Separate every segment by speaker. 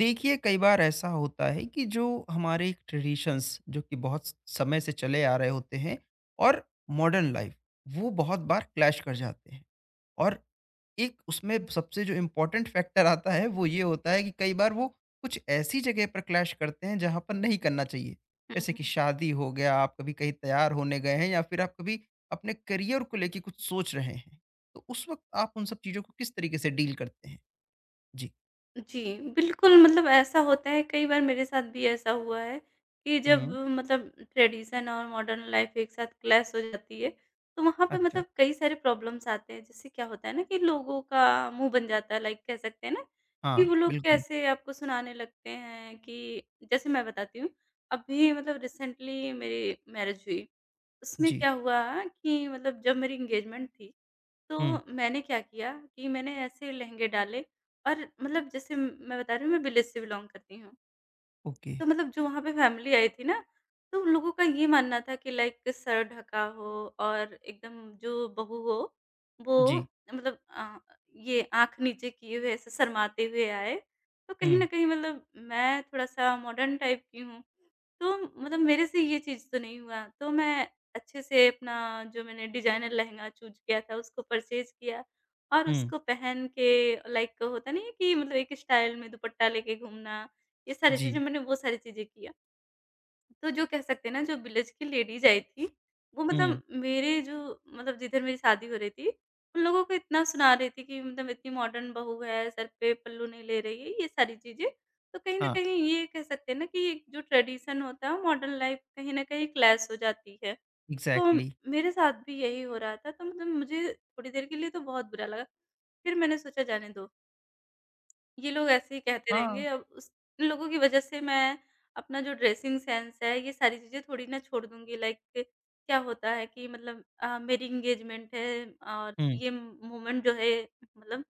Speaker 1: देखिए, कई बार ऐसा होता है कि जो हमारे एक ट्रेडिशंस जो कि बहुत स समय से चले आ रहे होते हैं और मॉडर्न लाइफ़, वो बहुत बार क्लैश कर जाते हैं। और एक उसमें सबसे जो इम्पोर्टेंट फैक्टर आता है, वो ये होता है कि कई बार वो कुछ ऐसी जगह पर क्लैश करते हैं जहाँ पर नहीं करना चाहिए। जैसे कि
Speaker 2: हुँ,
Speaker 1: शादी हो गया, आप कभी कहीं तैयार होने गए हैं या फिर आप कभी अपने करियर को लेके कुछ सोच रहे हैं। तो उस वक़्त आप उन सब चीज़ों को किस तरीके से डील करते हैं? जी।
Speaker 2: जी, बिल्कुल। मतलब ऐसा होता है कई बार मेरे साथ भी ऐसा हुआ है कि
Speaker 1: हुँ,
Speaker 2: जब
Speaker 1: हुँ।
Speaker 2: मतलब ट्रेडिशन और मॉडर्न लाइफ़ एक साथ क्लैश हो जाती है, तो वहाँ पे
Speaker 1: अच्छा।
Speaker 2: मतलब कई सारे प्रॉब्लम्स आते हैं। जैसे क्या होता है ना कि लोगों का मुँह बन जाता है, लाइक कह सकते हैं ना कि
Speaker 1: हाँ,
Speaker 2: वो लोग
Speaker 1: बिल्कुल।
Speaker 2: कैसे आपको सुनाने लगते हैं। कि जैसे मैं बताती हूँ, अभी मतलब रिसेंटली मेरी मैरिज हुई। उसमें
Speaker 1: जी।
Speaker 2: क्या हुआ कि मतलब जब मेरी एंगेजमेंट थी, तो
Speaker 1: हुँ,
Speaker 2: मैंने क्या किया कि मैंने ऐसे लहँगे डाले। और मतलब जैसे मैं बता रही हूँ, मैं विलेज से बिलॉन्ग करती हूँ।
Speaker 1: ओके।
Speaker 2: तो मतलब जो वहाँ पे फैमिली आई थी ना, तो उन लोगों का ये मानना था कि लाइक सर ढका हो और एकदम जो बहू हो,
Speaker 1: जी।
Speaker 2: वो मतलब ये आँख नीचे किए हुए ऐसे शर्माते हुए आए। तो कहीं न
Speaker 1: हुँ,
Speaker 2: कहीं मतलब मैं थोड़ा-सा मॉडर्न टाइप की हूँ, तो मतलब मेरे से ये चीज़ तो नहीं हुआ। तो मैं अच्छे से अपना जो मैंने डिज़ाइनर लहँगा चूज़ किया था, उसको परचेज़ किया और
Speaker 1: हुँ,
Speaker 2: उसको पहन के, लाइक होता नहीं है कि मतलब एक स्टाइल में दुपट्टा लेके घूमना, ये सारी चीज़ें
Speaker 1: जी।
Speaker 2: मैंने वो सारी चीज़ें किया। तो जो कह सकते हैं ना, जो विलेज की लेडीज़ आई थी, वो
Speaker 1: हुँ,
Speaker 2: मतलब मेरे जो मतलब जिधर मेरी शादी हो रही थी, उन लोगों को इतना सुना रही थी कि मतलब इतनी मॉडर्न बहू है, सर पे पल्लू नहीं ले रही है, ये सारी चीज़ें। तो कहीं न
Speaker 1: हाँ,
Speaker 2: कहीं ये कह सकते हैं ना कि एक जो ट्रेडिशन होता है, मॉडर्न लाइफ़ कहीं न कहीं क्लैश हो जाती है। तो
Speaker 1: एग्ज़ैक्टली।
Speaker 2: मेरे साथ भी यही हो रहा था, तो मतलब मुझे थोड़ी देर के लिए तो बहुत बुरा लगा। फिर मैंने सोचा जाने दो। ये लोग ऐसे ही कहते
Speaker 1: हाँ,
Speaker 2: रहेंगे। अब उस इन लोगों की वज़ह से मैं अपना जो ड्रेसिंग सेंस है, ये सारी चीज़ें थोड़ी ना छोड़ दूँगी। लाइक क्या होता है कि मतलब मेरी एंगेजमेंट है, और
Speaker 1: हुँ,
Speaker 2: ये मोमेंट जो है मतलब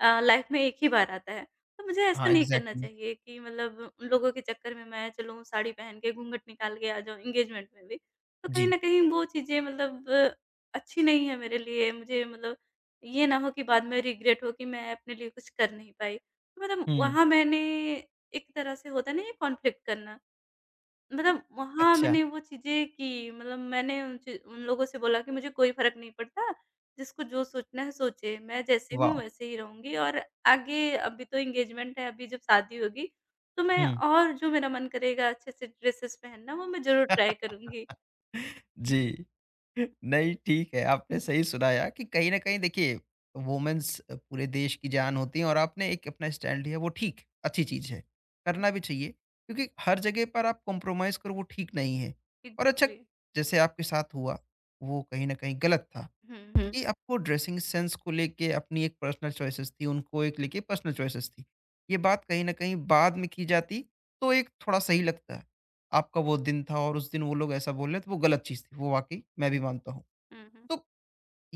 Speaker 2: लाइफ़ में एक ही बार आता है। तो मुझे ऐसा
Speaker 1: हाँ,
Speaker 2: नहीं करना
Speaker 1: एग्ज़ैक्टली।
Speaker 2: चाहिए कि मतलब उन लोगों के चक्कर में मैं चलूँ साड़ी पहन के घूँघट निकाल के आ जाऊँ एंगेजमेंट में भी। तो
Speaker 1: जी।
Speaker 2: कहीं न कहीं वो चीज़ें मतलब अच्छी नहीं है मेरे लिए। मुझे मतलब ये ना हो कि बाद में रिग्रेट हो कि मैं अपने लिए कुछ कर नहीं पाई। मतलब
Speaker 1: हुँ,
Speaker 2: वहाँ मैंने एक तरह से, होता नहीं है कॉन्फ्लिक्ट करना, मतलब वहाँ
Speaker 1: अच्छा,
Speaker 2: मैंने वो चीज़ें की। मतलब मैंने उन लोगों से बोला कि मुझे कोई फ़र्क नहीं पड़ता, जिसको जो सोचना है सोचे, मैं जैसे हूँ
Speaker 1: वॉव!
Speaker 2: वैसे ही रहूँगी। और आगे अभी तो एंगेजमेंट है, अभी जब शादी होगी, तो मैं
Speaker 1: हुँ।
Speaker 2: और जो मेरा मन करेगा अच्छे से ड्रेसेस पहनना, वो मैं ज़रूर ट्राई करूँगी।
Speaker 1: जी। नहीं, ठीक है, आपने सही सुनाया कि कहीं न कहीं देखिए, वुमेन्स पूरे देश की जान होती हैं और आपने एक अपना स्टैंड लिया, वो ठीक, अच्छी चीज़ है।
Speaker 2: हुँ,
Speaker 1: करना भी चाहिए, क्योंकि हर जगह पर आप कॉम्प्रोमाइज़ करो, वो ठीक नहीं है। और अच्छा,
Speaker 2: एग्ज़ैक्टली।
Speaker 1: जैसे आपके साथ हुआ, वो कहीं न कहीं गलत था।
Speaker 2: हुँ, हुँ।
Speaker 1: कि आपको ड्रेसिंग सेंस को लेके अपनी एक पर्सनल चॉइसेस थी, उनको एक लेके पर्सनल चॉइसेस थी। ये बात कहीं न कहीं बाद में की जाती तो एक थोड़ा सही लगता है। आपका वो दिन था और उस दिन वो लोग ऐसा बोल रहे तो वो गलत चीज़ थी, वो वाक़ई मैं भी मानता हूँ।
Speaker 2: हुँ, हुँ।
Speaker 1: तो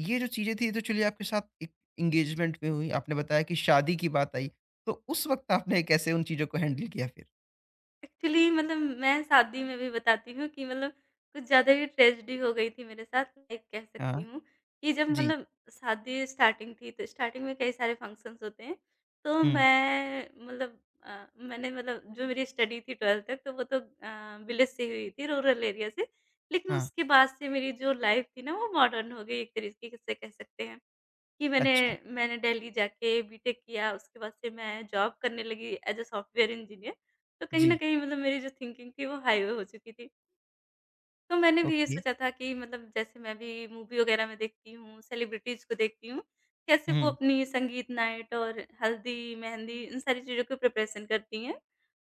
Speaker 1: ये जो चीज़ें थी ये तो चलिए आपके साथ एक एंगेजमेंट में हुई, आपने बताया कि शादी की बात आई, तो उस वक़्त आपने कैसे उन चीज़ों को हैंडल किया फिर?
Speaker 2: एक्चुअली मतलब मैं शादी में भी बताती हूँ कि मतलब कुछ ज़्यादा ही ट्रेजेडी हो गई थी मेरे साथ, लाइक कह सकती
Speaker 1: हाँ,
Speaker 2: हूँ कि जब
Speaker 1: जी।
Speaker 2: मतलब शादी स्टार्टिंग थी, तो स्टार्टिंग में कई सारे फंक्शंस होते हैं। तो
Speaker 1: हुँ,
Speaker 2: मैं मतलब मैंने मतलब जो मेरी स्टडी थी 12th तक, तो वो तो विलेज से ही हुई थी, रूरल एरिया से। लेकिन
Speaker 1: हाँ,
Speaker 2: उसके बाद से मेरी जो लाइफ़ थी ना, वो मॉडर्न हो गई एक तरीके से कह सकते हैं। कि मैंने
Speaker 1: अच्छा,
Speaker 2: मैंने दिल्ली जाके बीटेक किया, उसके बाद से मैं जॉब करने लगी एज़ अ सॉफ्टवेयर इंजीनियर। तो कहीं न
Speaker 1: जी,
Speaker 2: कहीं मतलब मेरी जो थिंकिंग थी वो हाईवे हो चुकी थी। तो मैंने भी ये
Speaker 1: ओके।
Speaker 2: सोचा था कि मतलब जैसे मैं भी मूवी वगैरह में देखती हूँ, सेलिब्रिटीज़ को देखती हूँ, कैसे वो
Speaker 1: हुँ,
Speaker 2: अपनी संगीत नाइट और हल्दी, मेहंदी इन सारी चीज़ों की प्रिपरेशन करती हैं।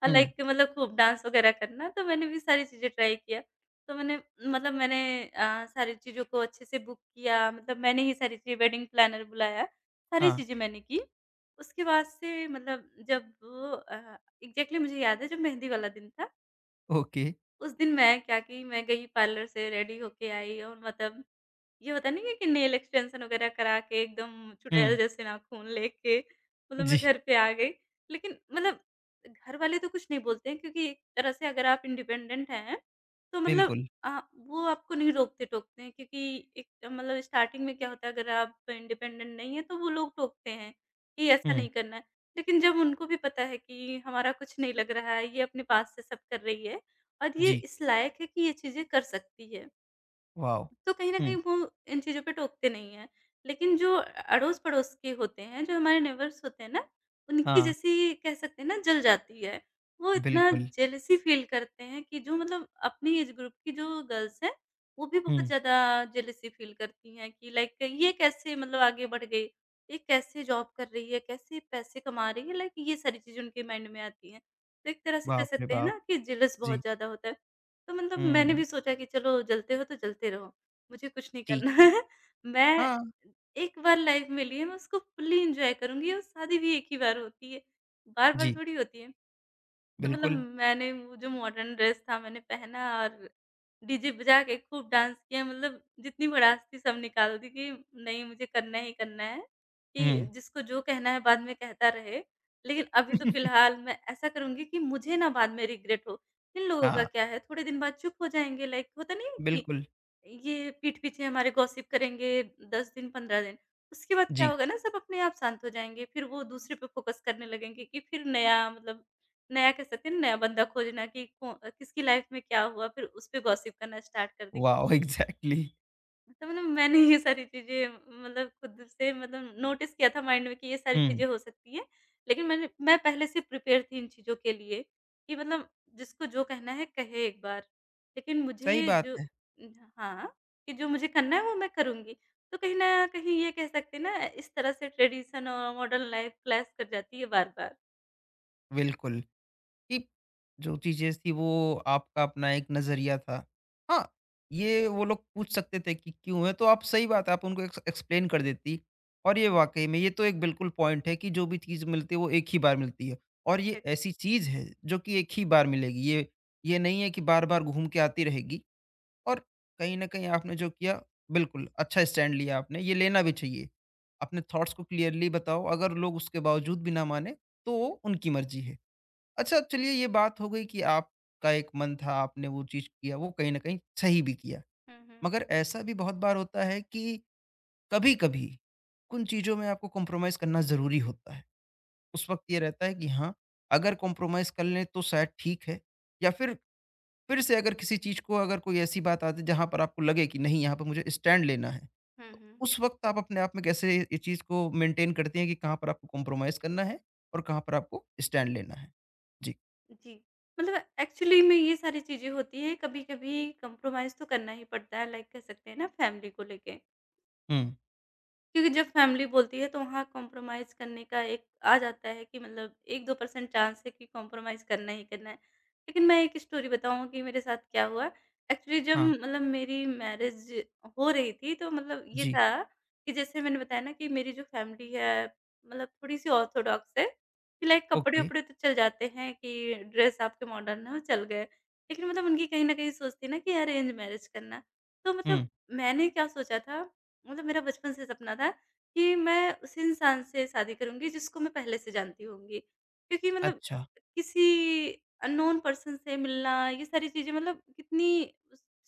Speaker 2: और
Speaker 1: हुँ,
Speaker 2: लाइक मतलब खूब डांस वगैरह करना, तो मैंने भी सारी चीज़ें ट्राई किया। तो मैंने मतलब मैंने सारी चीज़ों को अच्छे से बुक किया, मतलब मैंने ही सारी चीज़ें वेडिंग प्लानर बुलाया, सारी
Speaker 1: हाँ,
Speaker 2: चीज़ें मैंने की। उसके बाद से मतलब जब एग्ज़ैक्टली मुझे याद है जब मेहंदी वाला दिन था,
Speaker 1: ओके।
Speaker 2: उस दिन मैं क्या की मैं गई पार्लर से रेडी होके आई। और मतलब ये होता नहीं है कि नेल एक्सटेंशन वगैरह करा के एकदम चुड़ैल
Speaker 1: हुँ,
Speaker 2: जैसे नाखून लेके मतलब मैं
Speaker 1: जी,
Speaker 2: घर पे आ गई। लेकिन मतलब घर वाले तो कुछ नहीं बोलते हैं, क्योंकि एक तरह से अगर आप इंडिपेंडेंट हैं, तो मतलब
Speaker 1: बिल्कुल।
Speaker 2: वो आपको नहीं रोकते-टोकते हैं। क्योंकि एक मतलब स्टार्टिंग में क्या होता है, अगर आप इंडिपेंडेंट नहीं हैं, तो वो लोग टोकते हैं कि ऐसा
Speaker 1: हुँ।
Speaker 2: नहीं करना है। लेकिन जब उनको भी पता है कि हमारा कुछ नहीं लग रहा है, ये अपने पास से सब कर रही है, और ये
Speaker 1: जी।
Speaker 2: इस लायक है कि ये चीज़ें कर सकती है।
Speaker 1: वाओ!
Speaker 2: तो कहीं न
Speaker 1: हुँ,
Speaker 2: कहीं वो इन चीज़ों पे टोकते नहीं हैं। लेकिन जो अड़ोस-पड़ोस के होते हैं, जो हमारे नेबर्स होते हैं ना, उनकी
Speaker 1: हाँ।
Speaker 2: जैसी कह सकते हैं ना जल जाती है। वो इतना
Speaker 1: बिल्कुल।
Speaker 2: जेलसी फ़ील करते हैं कि जो मतलब अपनी एज ग्रुप की जो गर्ल्स हैं, वो भी बहुत
Speaker 1: हुँ।
Speaker 2: ज़्यादा जेलसी फ़ील करती हैं कि लाइक ये कैसे मतलब आगे बढ़ गई, ये कैसे जॉब कर रही है, कैसे पैसे कमा रही है, लाइक ये सारी चीज़ें उनके माइंड में आती हैं। तो एक तरह से कह
Speaker 1: बाप रे
Speaker 2: सकते हैं
Speaker 1: बाप!
Speaker 2: ना कि जेलस
Speaker 1: जी।
Speaker 2: बहुत ज़्यादा होता है। तो मतलब मैंने
Speaker 1: हुँ,
Speaker 2: भी सोचा कि चलो जलते हो तो जलते रहो। मुझे कुछ नहीं
Speaker 1: ठीक
Speaker 2: करना है।
Speaker 1: है।
Speaker 2: मैं
Speaker 1: हाँ,
Speaker 2: एक बार लाइफ़ मिली है, मैं उसको फुल्ली एन्जॉय करूँगी, और शादी भी एक ही बार होती है, बार-बार
Speaker 1: जी।
Speaker 2: थोड़ी होती है। तो मतलब
Speaker 1: बिल्कुल।
Speaker 2: मैंने वो जो मॉडर्न ड्रेस था मैंने पहना और डीजे बजा के खूब डांस किया। मतलब जितनी भड़ास थी सब निकाल दी, कि नहीं मुझे करना ही करना है, कि
Speaker 1: हुँ,
Speaker 2: जिसको जो कहना है बाद में कहता रहे। लेकिन अभी तो फ़िलहाल मैं ऐसा करूँगी कि मुझे ना बाद में रिग्रेट हो। इन लोगों का
Speaker 1: हाँ,
Speaker 2: क्या है, थोड़े दिन बाद चुप हो जाएँगे, लाइक होता नहीं है?
Speaker 1: बिल्कुल।
Speaker 2: ये पीठ पीछे हमारे गॉसिप करेंगे 10 दिन, 15 दिन। उसके बाद क्या
Speaker 1: जी।
Speaker 2: होगा ना, सब अपने आप शांत हो जाएँगे, फिर वो दूसरे पे फ़ोकस करने लगेंगे कि फिर नया मतलब नया कह सकते हैं ना, नया बंदा खोजना कि को किसकी लाइफ़ में क्या हुआ, फिर उसपे गॉसिप करना स्टार्ट कर देंगे।
Speaker 1: वाओ! एग्ज़ैक्टली
Speaker 2: तो मतलब मैंने ये सारी चीज़ें मतलब खुद से मतलब नोटिस किया था माइंड में कि ये सारी
Speaker 1: हुँ।
Speaker 2: चीज़ें हो सकती हैं। लेकिन मैं पहले से प्रिपेयर थी इन चीज़ों के लिए कि मतलब जिसको जो कहना है कहे एक बार। लेकिन
Speaker 1: सही
Speaker 2: मुझे
Speaker 1: बात
Speaker 2: जो,
Speaker 1: है,
Speaker 2: हाँ, कि जो मुझे करना है वो मैं करूँगी। तो कहीं न कहीं ये कह सकते हैं ना इस तरह से ट्रेडिशन और मॉडर्न लाइफ़ क्लैश कर जाती है बार-बार।
Speaker 1: बिल्कुल। कि जो चीज़ें थी वो आपका अपना एक नज़रिया था। हाँ, ये वो लोग पूछ सकते थे कि क्यों है? तो आप सही बात है आप उनको एक्सप्लेन कर देती और ये वाक़ई में ये तो एक बिल्कुल पॉइंट है कि जो भी चीज़ मिलती है वो एक ही बार मिलती है और ये ऐसी चीज़ है जो कि एक ही बार मिलेगी। ये नहीं है कि बार-बार घूम के आती रहेगी और कहीं न कहीं आपने जो किया बिल्कुल अच्छा स्टैंड लिया आपने, ये लेना भी चाहिए। अपने थॉट्स को क्लियरली बताओ अगर लोग उसके बावजूद भी ना माने तो उनकी मर्ज़ी है। अच्छा चलिए ये बात हो गई कि आपका एक मन था आपने वो चीज़ किया वो कहीं न कहीं सही भी किया।
Speaker 2: हुँ, हुँ।
Speaker 1: मगर ऐसा भी बहुत बार होता है कि कभी-कभी उन चीज़ों में आपको कॉम्प्रोमाइज़ करना ज़रूरी होता है। उस वक़्त ये रहता है कि हाँ, अगर कॉम्प्रोमाइज़ कर लें तो शायद ठीक है या फिर से अगर किसी चीज़ को अगर कोई ऐसी बात आ जाए जहाँ पर आपको लगे कि नहीं यहाँ पर मुझे स्टैंड लेना है।
Speaker 2: हुँ,
Speaker 1: तो
Speaker 2: हुँ।
Speaker 1: उस वक़्त आप अपने आप में कैसे इस चीज़ को मेंटेन करती हैं कि कहाँ पर आपको कॉम्प्रोमाइज़ करना है और कहाँ पर आपको स्टैंड लेना है? जी।
Speaker 2: जी, मतलब एक्चुअली में ये सारी चीज़ें होती हैं, कभी-कभी कंप्रोमाइज़ तो करना ही पड़ता है, लाइक कह सकते हैं ना फैमिली को लेके।
Speaker 1: हुँ,
Speaker 2: क्योंकि जब फैमिली बोलती है तो वहाँ कॉम्प्रोमाइज़ करने का एक आ जाता है, कि मतलब 1-2% चांस है कि कॉम्प्रोमाइज़ करना ही करना है। लेकिन मैं एक स्टोरी बताऊँ कि मेरे साथ क्या हुआ? एक्चुअली जब
Speaker 1: हाँ।
Speaker 2: मतलब मेरी मैरिज हो रही थी तो मतलब ये
Speaker 1: जी,
Speaker 2: था कि जैसे मैंने बताया ना, कि मेरी जो फैमिली है मतलब थोड़ी-सी ऑर्थोडॉक्स है, कि लाइक
Speaker 1: ओके,
Speaker 2: कपड़े-वपड़े तो चल जाते हैं कि ड्रेस आपके मॉडर्न हो चल गए। लेकिन मतलब उनकी कहीं न कहीं सोच थी ना कि अरेंज मैरिज करना। तो मतलब
Speaker 1: हुँ,
Speaker 2: मैंने क्या सोचा था, मतलब मेरा बचपन से सपना था कि मैं उस इंसान से शादी करूँगी जिसको मैं पहले से जानती होंगी। क्योंकि मतलब
Speaker 1: अच्छा,
Speaker 2: किसी अननोन पर्सन से मिलना, ये सारी चीज़ें मतलब कितनी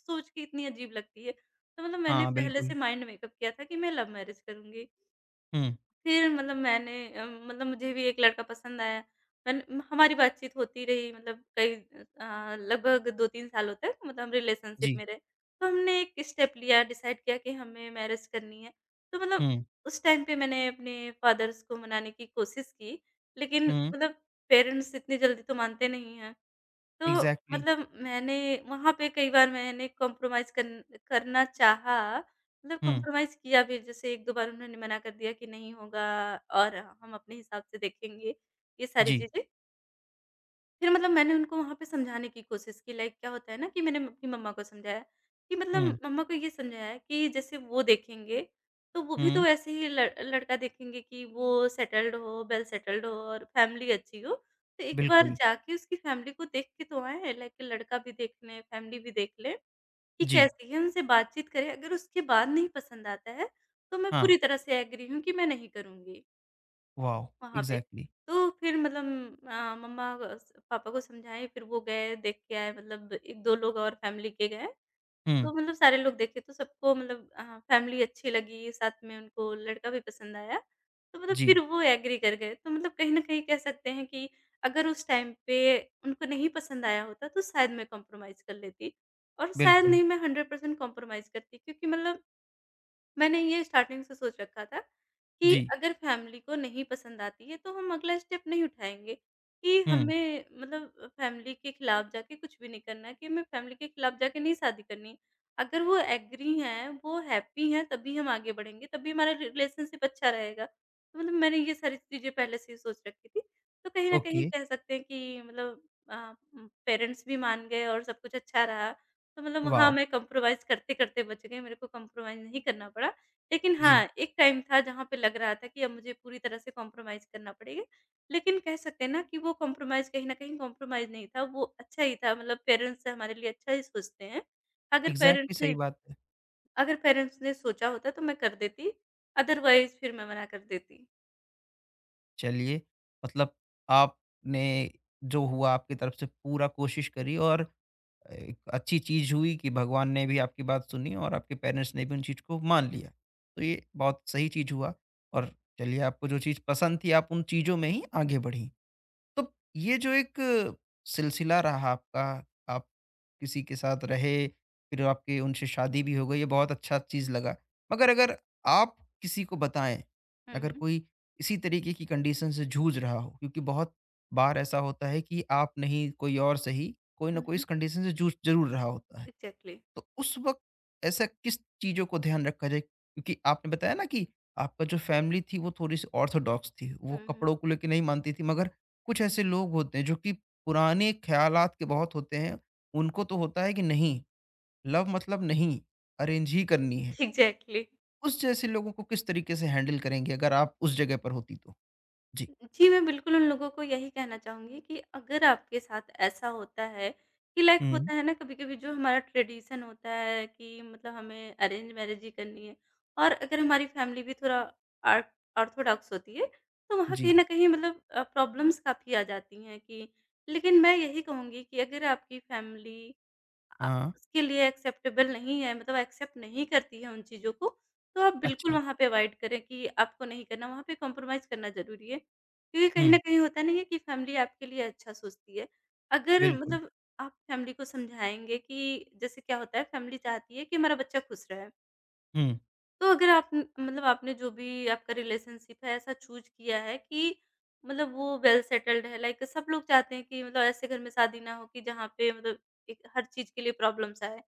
Speaker 2: सोच के इतनी अजीब लगती है। तो मतलब मैंने
Speaker 1: हाँ,
Speaker 2: पहले
Speaker 1: बिल्कुल,
Speaker 2: से माइंड मेकअप किया था कि मैं लव मैरिज करूँगी।
Speaker 1: हुँ,
Speaker 2: फिर मतलब मैंने मतलब मुझे भी एक लड़का पसंद आया। मैंने म हमारी बातचीत होती रही, मतलब कई लगभग 2-3 सालों तक मतलब हम रिलेशनशिप
Speaker 1: जी,
Speaker 2: में रहे। तो हमने एक स्टेप लिया, डिसाइड किया कि हमें मैरिज करनी है। तो मतलब
Speaker 1: हुँ,
Speaker 2: उस टाइम पे मैंने अपने फादर्स को मनाने की कोशिश की, लेकिन
Speaker 1: हुँ,
Speaker 2: मतलब पेरेंट्स इतनी जल्दी तो मानते नहीं हैं। तो
Speaker 1: इग्ज़ैक्टली,
Speaker 2: मतलब मैंने वहाँ पे कई बार मैंने कॉम्प्रोमाइज़ करना चाहा, मतलब
Speaker 1: हुँ,
Speaker 2: कॉम्प्रोमाइज़ किया भी, जैसे 1-2 बार उन्होंने मना कर दिया कि नहीं होगा और हम अपने हिसाब से देखेंगे, ये सारी
Speaker 1: जी,
Speaker 2: चीज़ें। फिर मतलब मैंने उनको वहाँ पे समझाने की कोशिश की, लाइक क्या होता है ना कि मैंने अपनी मम्मा को समझाया कि
Speaker 1: हुँ,
Speaker 2: मतलब मम्मा को ये समझाया कि जैसे वो देखेंगे, तो वो भी
Speaker 1: हुँ,
Speaker 2: तो ऐसे ही लड़का देखेंगे कि वो सेटल्ड हो, वेल सेटल्ड हो और फैमिली अच्छी हो, तो एक बार
Speaker 1: बिल्कुल,
Speaker 2: जाके उसकी फैमिली को देख के तो आए, लाइक लड़का भी देख लें फैमिली भी देख लें कि
Speaker 1: जी,
Speaker 2: कैसी है, उनसे बातचीत करें। अगर उसके बाद नहीं पसंद आता है, तो मैं
Speaker 1: हाँ,
Speaker 2: पूरी तरह से एग्री हूँ कि मैं नहीं करूँगी
Speaker 1: वॉव,
Speaker 2: वहाँ पे।
Speaker 1: इग्ज़ैक्टली,
Speaker 2: तो फिर मतलब मम्मा अ, स पापा को समझाए, फिर वो गए देख के आए, मतलब 1-2 लोग और फैमिली के गए।
Speaker 1: हुँ,
Speaker 2: तो मतलब सारे लोग देखे तो सबको मतलब फैमिली अच्छी लगी, साथ में उनको लड़का भी पसंद आया। तो मतलब
Speaker 1: जी,
Speaker 2: फिर वो एग्री कर गए। तो मतलब कहीं न कहीं कह सकते हैं कि अगर उस टाइम पे उनको नहीं पसंद आया होता, तो शायद मैं कॉम्प्रोमाइज़ कर लेती, और शायद
Speaker 1: बिल्कुल,
Speaker 2: नहीं, मैं 100% कॉम्प्रोमाइज़ करती, क्योंकि मतलब मैंने ये स्टार्टिंग से सोच रखा था कि
Speaker 1: जी,
Speaker 2: अगर फैमिली को नहीं पसंद आती है, तो हम अगला स्टेप नहीं उठाएँगे। कि
Speaker 1: हुँ,
Speaker 2: हमें मतलब फैमिली के खिलाफ जाके कुछ भी नहीं करना है, कि हमें फैमिली के खिलाफ जाके नहीं शादी करनी है। अगर वो एग्री हैं, वो हैप्पी हैं, तभी हम आगे बढ़ेंगे, तभी हमारा रिलेशनशिप अच्छा रहेगा। तो मतलब मैंने ये सारी चीज़ें पहले से ही सोच रखी थी। तो कहीं न
Speaker 1: ओके,
Speaker 2: कहीं कह सकते हैं कि मतलब अ, पेरेंट्स भी मान गए और सब कुछ अच्छा रहा। तो मतलब हाँ,
Speaker 1: वॉव,
Speaker 2: मैं कॉम्प्रोमाइज़ करते-करते बच गई, मेरे को कॉम्प्रोमाइज़ नहीं करना पड़ा। लेकिन
Speaker 1: जी,
Speaker 2: हाँ, एक टाइम था जहाँ पे लग रहा था कि अब मुझे पूरी तरह से कॉम्प्रोमाइज़ करना पड़ेगा। लेकिन कह सकते हैं ना कि वो कॉम्प्रोमाइज़ कहीं न कहीं कॉम्प्रोमाइज़ नहीं था, वो अच्छा ही था। मतलब पेरेंट्स हमारे लिए अच्छा ही सोचते हैं। अगर
Speaker 1: इग्ज़ैक्टली
Speaker 2: पेरेंट्स
Speaker 1: सही
Speaker 2: ने
Speaker 1: बात है।
Speaker 2: अगर पेरेंट्स ने सोचा होता तो मैं कर देती, अदरवाइज़ फिर मैं मना कर देती।
Speaker 1: चलिए, मतलब आपने जो हुआ आपकी तरफ से पूरा कोशिश करी और एक अच्छी चीज़ हुई कि भगवान ने भी आपकी बात सुनी और आपके पेरेंट्स ने भी उन चीज़ को मान लिया। तो ये बहुत सही चीज़ हुआ और चलिए आपको जो चीज़ पसंद थी आप उन चीज़ों में ही आगे बढ़ीं। तो ये जो एक सिलसिला रहा आपका, आप किसी के साथ रहे, फिर आपकी उनसे शादी भी हो गई, ये बहुत अच्छा चीज़ लगा। मगर अगर आप किसी को बताएँ,
Speaker 2: हुँ,
Speaker 1: अगर
Speaker 2: हुँ।
Speaker 1: कोई इसी तरीके की कंडीशन से जूझ रहा हो, क्योंकि बहुत बार ऐसा होता है कि आप नहीं, कोई और सही, कोई न
Speaker 2: हुँ,
Speaker 1: कोई इस
Speaker 2: हुँ।
Speaker 1: कंडीशन से जूझ ज़रूर रहा होता है।
Speaker 2: एग्ज़ैक्टली।
Speaker 1: तो उस वक़्त ऐसा किस चीज़ों को ध्यान रखा जाए? क्योंकि आपने बताया ना कि आपका जो फ़ैमिली थी वो थोड़ी-सी ऑर्थोडॉक्स थी, वो
Speaker 2: हुँ, हुँ।
Speaker 1: कपड़ों को लेके नहीं मानती थी मगर कुछ ऐसे लोग होते हैं जो कि पुराने ख़्यालात के बहुत होते हैं, उनको तो होता है कि नहीं, लव मतलब नहीं, अरेंज ही करनी है।
Speaker 2: एग्ज़ैक्टली।
Speaker 1: उस जैसे लोगों को किस तरीके से हैंडल करेंगे अगर आप उस जगह पर होती तो? जी।
Speaker 2: जी, मैं बिल्कुल उन लोगों को यही कहना चाहूँगी कि अगर आपके साथ ऐसा होता है कि लाइक
Speaker 1: हुँ।
Speaker 2: होता है ना कभी-कभी, जो हमारा ट्रेडिशन होता है कि मतलब हमें अरेंज मैरेज ही करनी है, और अगर हमारी फैमिली भी थोड़ा आर्ट ऑर्थोडॉक्स होती है, तो वहाँ कहीं
Speaker 1: जी।
Speaker 2: न कहीं मतलब प्रॉब्लम्स काफ़ी आ जाती हैं कि, लेकिन मैं यही कहूँगी कि अगर आपकी फैमिली अ,
Speaker 1: हाँ।
Speaker 2: उसके लिए एक्सेप्टेबल नहीं है, मतलब एक्सेप्ट नहीं करती है उन चीज़ों को, तो आप बिल्कुल
Speaker 1: अच्छा।
Speaker 2: वहाँ पे अवॉइड करें कि आपको नहीं करना, वहाँ पे कॉम्प्रोमाइज़ करना ज़रूरी है। क्योंकि कहीं न
Speaker 1: हुँ।
Speaker 2: कहीं होता नहीं है कि फैमिली आपके लिए अच्छा सोचती है। अगर
Speaker 1: बिल्कुल।
Speaker 2: मतलब आप फैमिली को समझाएँगे कि जैसे क्या होता है, फैमिली चाहती है कि हमारा बच्चा खुश रहे।
Speaker 1: हुँ।
Speaker 2: तो अगर आप मतलब आपने जो भी आपका रिलेशनशिप है ऐसा चूज़ किया है कि मतलब वो वेल सेटल्ड है, लाइक सब लोग चाहते हैं कि मतलब ऐसे घर में शादी ना हो कि जहाँ पे मतलब एक हर चीज़ के लिए प्रॉब्लम्स आए।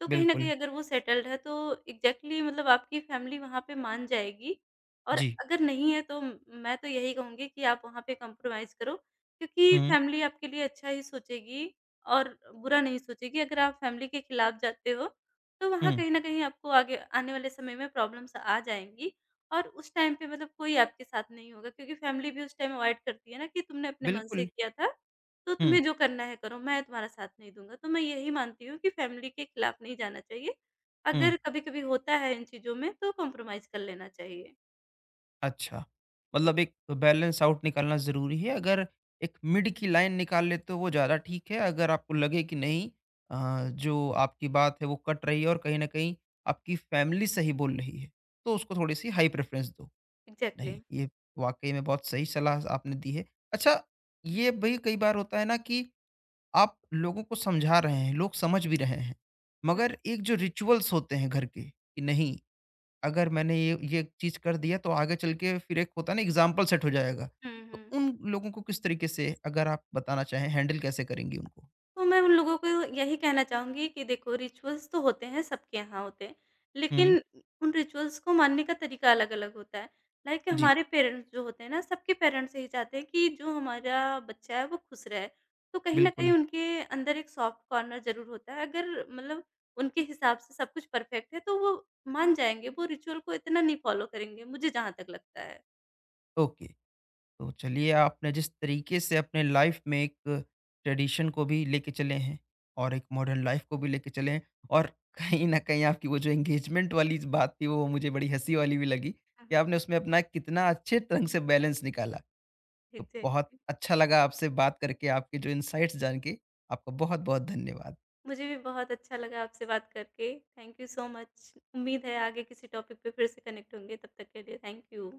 Speaker 2: तो कहीं न कहीं
Speaker 1: बिल्कुल।
Speaker 2: अगर वो सेटल्ड है तो एग्ज़ैक्टली मतलब आपकी फैमिली वहाँ पे मान जाएगी, और
Speaker 1: जी।
Speaker 2: अगर नहीं है तो मैं तो यही कहूँगी कि आप वहाँ पे कॉम्प्रोमाइज़ करो, क्योंकि
Speaker 1: हुँ।
Speaker 2: फैमिली आपके लिए अच्छा ही सोचेगी और बुरा नहीं सोचेगी। अगर आप फैमिली के खिलाफ जाते हो, तो वहाँ
Speaker 1: हुँ।
Speaker 2: कहीं न कहीं आपको आगे आने वाले समय में प्रॉब्लम्स आ जाएँगी, और उस टाइम पे मतलब कोई आपके साथ नहीं होगा, क्योंकि फैमिली भी उस टाइम अवॉइड करती है ना कि तुमने अपने मन से
Speaker 1: बिल्कुल।
Speaker 2: किया था। तो
Speaker 1: हुँ।
Speaker 2: तुम्हें जो करना है करो, मैं तुम्हारा साथ नहीं दूँगा। तो मैं यही मानती हूँ कि फैमिली के खिलाफ नहीं जाना चाहिए।
Speaker 1: हुँ।
Speaker 2: अगर कभी-कभी होता है इन चीज़ों में, तो कॉम्प्रोमाइज़ कर लेना चाहिए।
Speaker 1: अच्छा,
Speaker 2: जी,
Speaker 1: मतलब एक बैलेंस आउट निकालना ज़रूरी है, अगर एक मिड की लाइन निकाल लेते हो वो ज़्यादा ठीक है, अगर आपको लगे कि नहीं जो आपकी बात है वो कट रही है और कहीं न कहीं आपकी फैमिली सही बोल रही है, तो उसको थोड़ी-सी हाई प्रेफ़रेंस दो।
Speaker 2: एग्ज़ैक्टली।
Speaker 1: नहीं, ये वाक़ई में बहुत सही सलाह आपने दी है। अच्छा, ये भी कई बार होता है ना कि आप लोगों को समझा रहे हैं, लोग समझ भी रहे हैं,
Speaker 2: हुँ,
Speaker 1: मगर एक जो रिचुअल्स होते हैं घर के कि नहीं अगर मैंने ये चीज़ कर दिया तो आगे चल के फिर एक होता है ना एग्जाम्पल सेट हो जाएगा।
Speaker 2: हुँ,
Speaker 1: तो
Speaker 2: हुँ।
Speaker 1: उन लोगों को किस तरीके से अगर आप बताना चाहें हैंडल कैसे करेंगी उनको?
Speaker 2: तो मैं उन लोगों को यही कहना चाहूँगी कि देखो, रिचुअल्स तो होते हैं, सबके यहाँ होते हैं।
Speaker 1: हुँ,
Speaker 2: लेकिन उन रिचुअल्स को मानने का तरीका अलग-अलग होता है। लाइक
Speaker 1: जी,
Speaker 2: हमारे पेरेंट्स जो होते हैं ना, सबके पेरेंट्स यही चाहते हैं कि जो हमारा बच्चा है वो खुश रहे। तो कहीं न कहीं
Speaker 1: बिल्कुल,
Speaker 2: उनके अंदर एक सॉफ्ट कॉर्नर ज़रूर होता है। अगर मतलब उनके हिसाब से सब कुछ परफेक्ट है, तो वो मान जाएंगे, वो रिचुअल को इतना नहीं फ़ॉलो करेंगे, मुझे जहाँ तक लगता है।
Speaker 1: ओके। तो चलिए आपने जिस तरीके से अपने लाइफ़ में एक ट्रेडिशन को भी लेके चले हैं और एक मॉडर्न लाइफ़ को भी लेके चले हैं और कहीं न कहीं आपकी वो जो एंगेजमेंट वाली बात थी वो मुझे बड़ी हँसी वाली भी लगी
Speaker 2: हुँ,
Speaker 1: कि
Speaker 2: हुँ।
Speaker 1: आपने उसमें अपना कितना अच्छे ढंग से बैलेंस निकाला। तो बहुत
Speaker 2: एग्ज़ैक्टली।
Speaker 1: अच्छा लगा आपसे बात करके, आपके जो इनसाइट्स जान के। आपका बहुत-बहुत धन्यवाद।
Speaker 2: मुझे भी बहुत अच्छा लगा आपसे बात करके। Thank you so much. उम्मीद है आगे किसी टॉपिक पे फिर से कनेक्ट होंगे। तब तक के लिए थैंक यू।